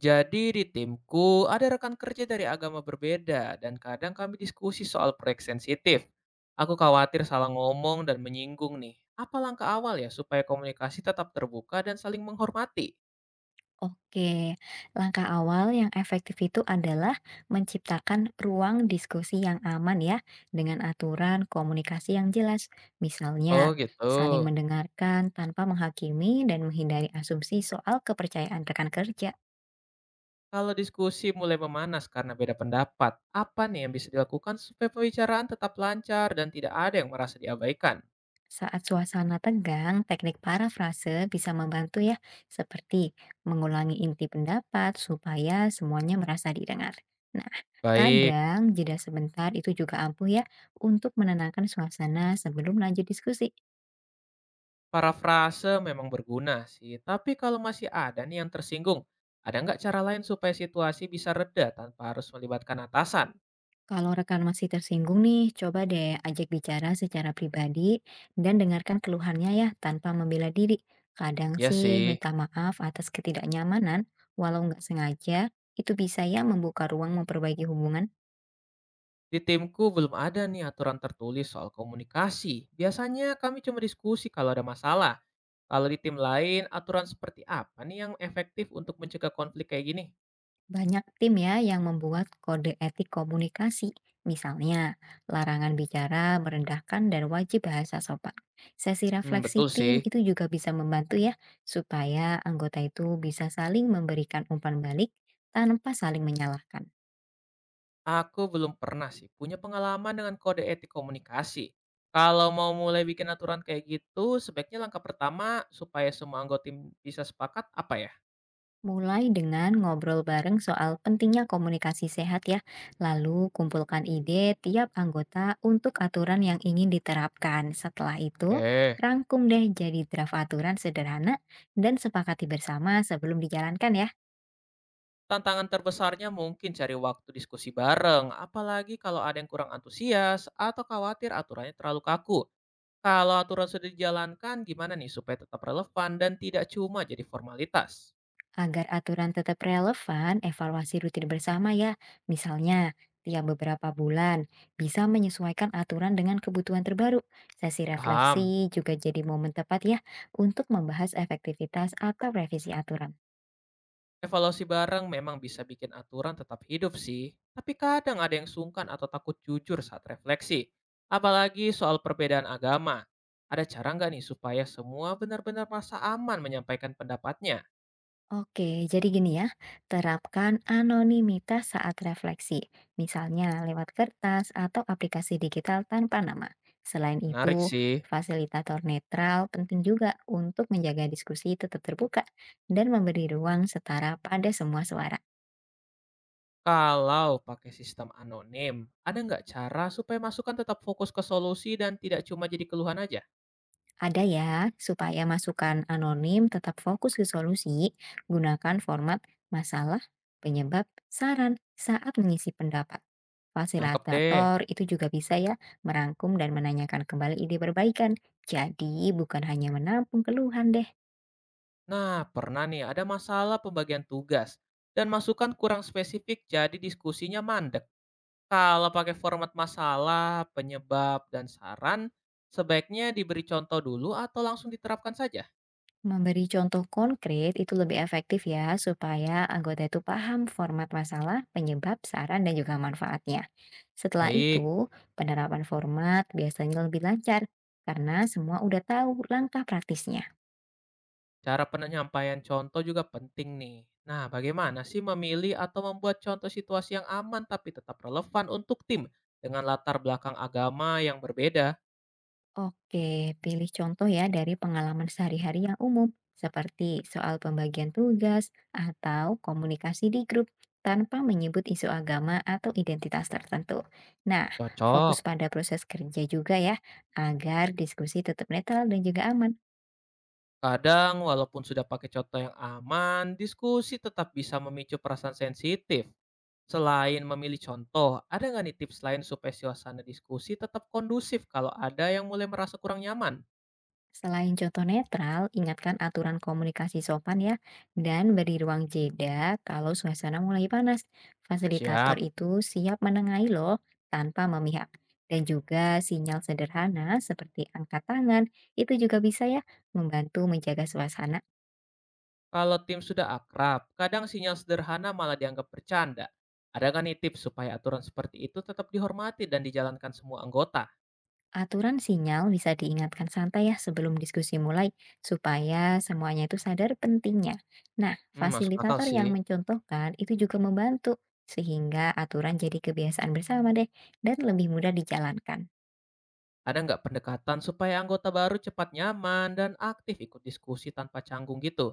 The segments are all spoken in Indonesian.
Jadi di timku ada rekan kerja dari agama berbeda dan kadang kami diskusi soal proyek sensitif. Aku khawatir salah ngomong dan menyinggung nih. Apa langkah awal ya supaya komunikasi tetap terbuka dan saling menghormati? Oke, langkah awal yang efektif itu adalah menciptakan ruang diskusi yang aman ya, dengan aturan komunikasi yang jelas. Oh Misalnya, gitu. saling mendengarkan tanpa menghakimi dan menghindari asumsi soal kepercayaan rekan kerja. Kalau diskusi mulai memanas karena beda pendapat, apa nih yang bisa dilakukan supaya pembicaraan tetap lancar dan tidak ada yang merasa diabaikan? Saat suasana tegang, teknik parafrase bisa membantu ya, seperti mengulangi inti pendapat supaya semuanya merasa didengar. Nah, Baik. kadang jeda sebentar itu juga ampuh ya untuk menenangkan suasana sebelum lanjut diskusi. Parafrase memang berguna sih, tapi kalau masih ada nih yang tersinggung, ada nggak cara lain supaya situasi bisa reda tanpa harus melibatkan atasan? Kalau rekan masih tersinggung nih, coba deh ajak bicara secara pribadi dan dengarkan keluhannya ya tanpa membela diri. Kadang Ya sih sih, minta maaf atas ketidaknyamanan, walau nggak sengaja, itu bisa ya membuka ruang memperbaiki hubungan. di timku belum ada nih aturan tertulis soal komunikasi. Biasanya kami cuma diskusi kalau ada masalah. Kalau di tim lain, aturan seperti apa nih yang efektif untuk mencegah konflik kayak gini? Banyak tim ya yang membuat kode etik komunikasi, misalnya larangan bicara merendahkan dan wajib bahasa sopan. Sesi Hmm, refleksi betul tim sih. itu juga bisa membantu ya, supaya anggota itu bisa saling memberikan umpan balik tanpa saling menyalahkan. Aku belum pernah sih punya pengalaman dengan kode etik komunikasi. Kalau mau mulai bikin aturan kayak gitu, sebaiknya langkah pertama supaya semua anggota tim bisa sepakat apa ya? Mulai dengan ngobrol bareng soal pentingnya komunikasi sehat ya, lalu kumpulkan ide tiap anggota untuk aturan yang ingin diterapkan. Setelah itu, Oke. rangkum deh jadi draft aturan sederhana dan sepakati bersama sebelum dijalankan ya. Tantangan terbesarnya mungkin cari waktu diskusi bareng, apalagi kalau ada yang kurang antusias atau khawatir aturannya terlalu kaku. Kalau aturan sudah dijalankan, gimana nih supaya tetap relevan dan tidak cuma jadi formalitas? Agar aturan tetap relevan, evaluasi rutin bersama ya. Misalnya, tiap beberapa bulan bisa menyesuaikan aturan dengan kebutuhan terbaru. Sesi refleksi Paham. juga jadi momen tepat ya untuk membahas efektivitas atau revisi aturan. Evaluasi bareng memang bisa bikin aturan tetap hidup sih, tapi kadang ada yang sungkan atau takut jujur saat refleksi. Apalagi soal perbedaan agama. Ada cara nggak nih supaya semua benar-benar merasa aman menyampaikan pendapatnya? Oke, jadi gini ya, terapkan anonimitas saat refleksi, misalnya lewat kertas atau aplikasi digital tanpa nama. Selain Menarik itu, sih. fasilitator netral penting juga untuk menjaga diskusi tetap terbuka dan memberi ruang setara pada semua suara. Kalau pakai sistem anonim, ada nggak cara supaya masukan tetap fokus ke solusi dan tidak cuma jadi keluhan aja? Ada ya, supaya masukan anonim tetap fokus ke solusi, gunakan format masalah, penyebab, saran saat mengisi pendapat. Nangkep deh. Fasilitator itu juga bisa ya merangkum dan menanyakan kembali ide perbaikan. Jadi bukan hanya menampung keluhan deh. Nah, pernah nih ada masalah pembagian tugas dan masukan kurang spesifik jadi diskusinya mandek. Kalau pakai format masalah, penyebab, dan saran, sebaiknya diberi contoh dulu atau langsung diterapkan saja? Memberi contoh konkret itu lebih efektif ya, supaya anggota itu paham format masalah, penyebab, saran, dan juga manfaatnya. Setelah Baik, itu, penerapan format biasanya lebih lancar, karena semua udah tahu langkah praktisnya. cara penyampaian contoh juga penting nih. Nah, bagaimana sih memilih atau membuat contoh situasi yang aman tapi tetap relevan untuk tim dengan latar belakang agama yang berbeda? Oke, pilih contoh ya dari pengalaman sehari-hari yang umum, seperti soal pembagian tugas atau komunikasi di grup tanpa menyebut isu agama atau identitas tertentu. Nah, Cocok. fokus pada proses kerja juga ya, agar diskusi tetap netral dan juga aman. Kadang, walaupun sudah pakai contoh yang aman, diskusi tetap bisa memicu perasaan sensitif. Selain memilih contoh, ada nggak nih tips lain supaya suasana diskusi tetap kondusif kalau ada yang mulai merasa kurang nyaman? Selain contoh netral, ingatkan aturan komunikasi sopan ya, dan beri ruang jeda kalau suasana mulai panas. Fasilitator Siap. itu siap menengahi loh tanpa memihak. Dan juga sinyal sederhana seperti angkat tangan, itu juga bisa ya membantu menjaga suasana. Kalau tim sudah akrab, kadang sinyal sederhana malah dianggap bercanda. Ada nggak nih tips supaya aturan seperti itu tetap dihormati dan dijalankan semua anggota? Aturan sinyal bisa diingatkan santai ya sebelum diskusi mulai, supaya semuanya itu sadar pentingnya. Nah, Hmm, masuk akal fasilitator sih. yang mencontohkan itu juga membantu, sehingga aturan jadi kebiasaan bersama deh, dan lebih mudah dijalankan. Ada nggak pendekatan supaya anggota baru cepat nyaman dan aktif ikut diskusi tanpa canggung gitu?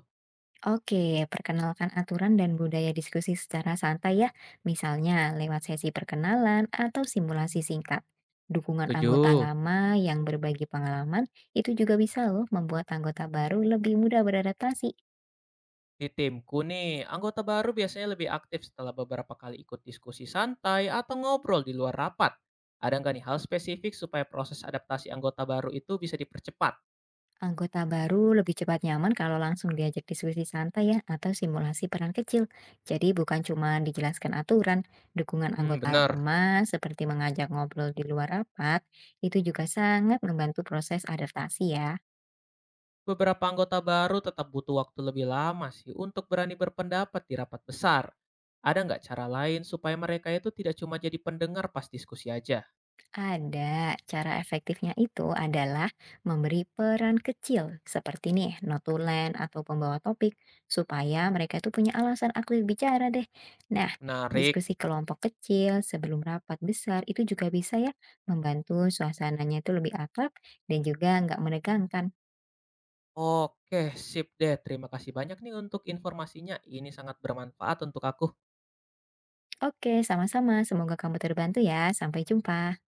Oke, perkenalkan aturan dan budaya diskusi secara santai ya, misalnya lewat sesi perkenalan atau simulasi singkat. Dukungan anggota Setuju. lama yang berbagi pengalaman itu juga bisa loh membuat anggota baru lebih mudah beradaptasi. Di timku nih, anggota baru biasanya lebih aktif setelah beberapa kali ikut diskusi santai atau ngobrol di luar rapat. Ada nggak nih hal spesifik supaya proses adaptasi anggota baru itu bisa dipercepat? Anggota baru lebih cepat nyaman kalau langsung diajak diskusi santai ya atau simulasi peran kecil. Jadi bukan cuma dijelaskan aturan, dukungan Hmm, anggota bener. lama seperti mengajak ngobrol di luar rapat, itu juga sangat membantu proses adaptasi ya. Beberapa anggota baru tetap butuh waktu lebih lama sih untuk berani berpendapat di rapat besar. Ada nggak cara lain supaya mereka itu tidak cuma jadi pendengar pas diskusi aja? Ada. Cara efektifnya itu adalah memberi peran kecil seperti nih notulen atau pembawa topik supaya mereka itu punya alasan aktif bicara deh. Nah, Menarik. diskusi kelompok kecil sebelum rapat besar itu juga bisa ya membantu suasananya itu lebih akrab dan juga nggak menegangkan. Oke, sip deh. Terima kasih banyak nih untuk informasinya. Ini sangat bermanfaat untuk aku. Oke, sama-sama. Semoga kamu terbantu ya. Sampai jumpa.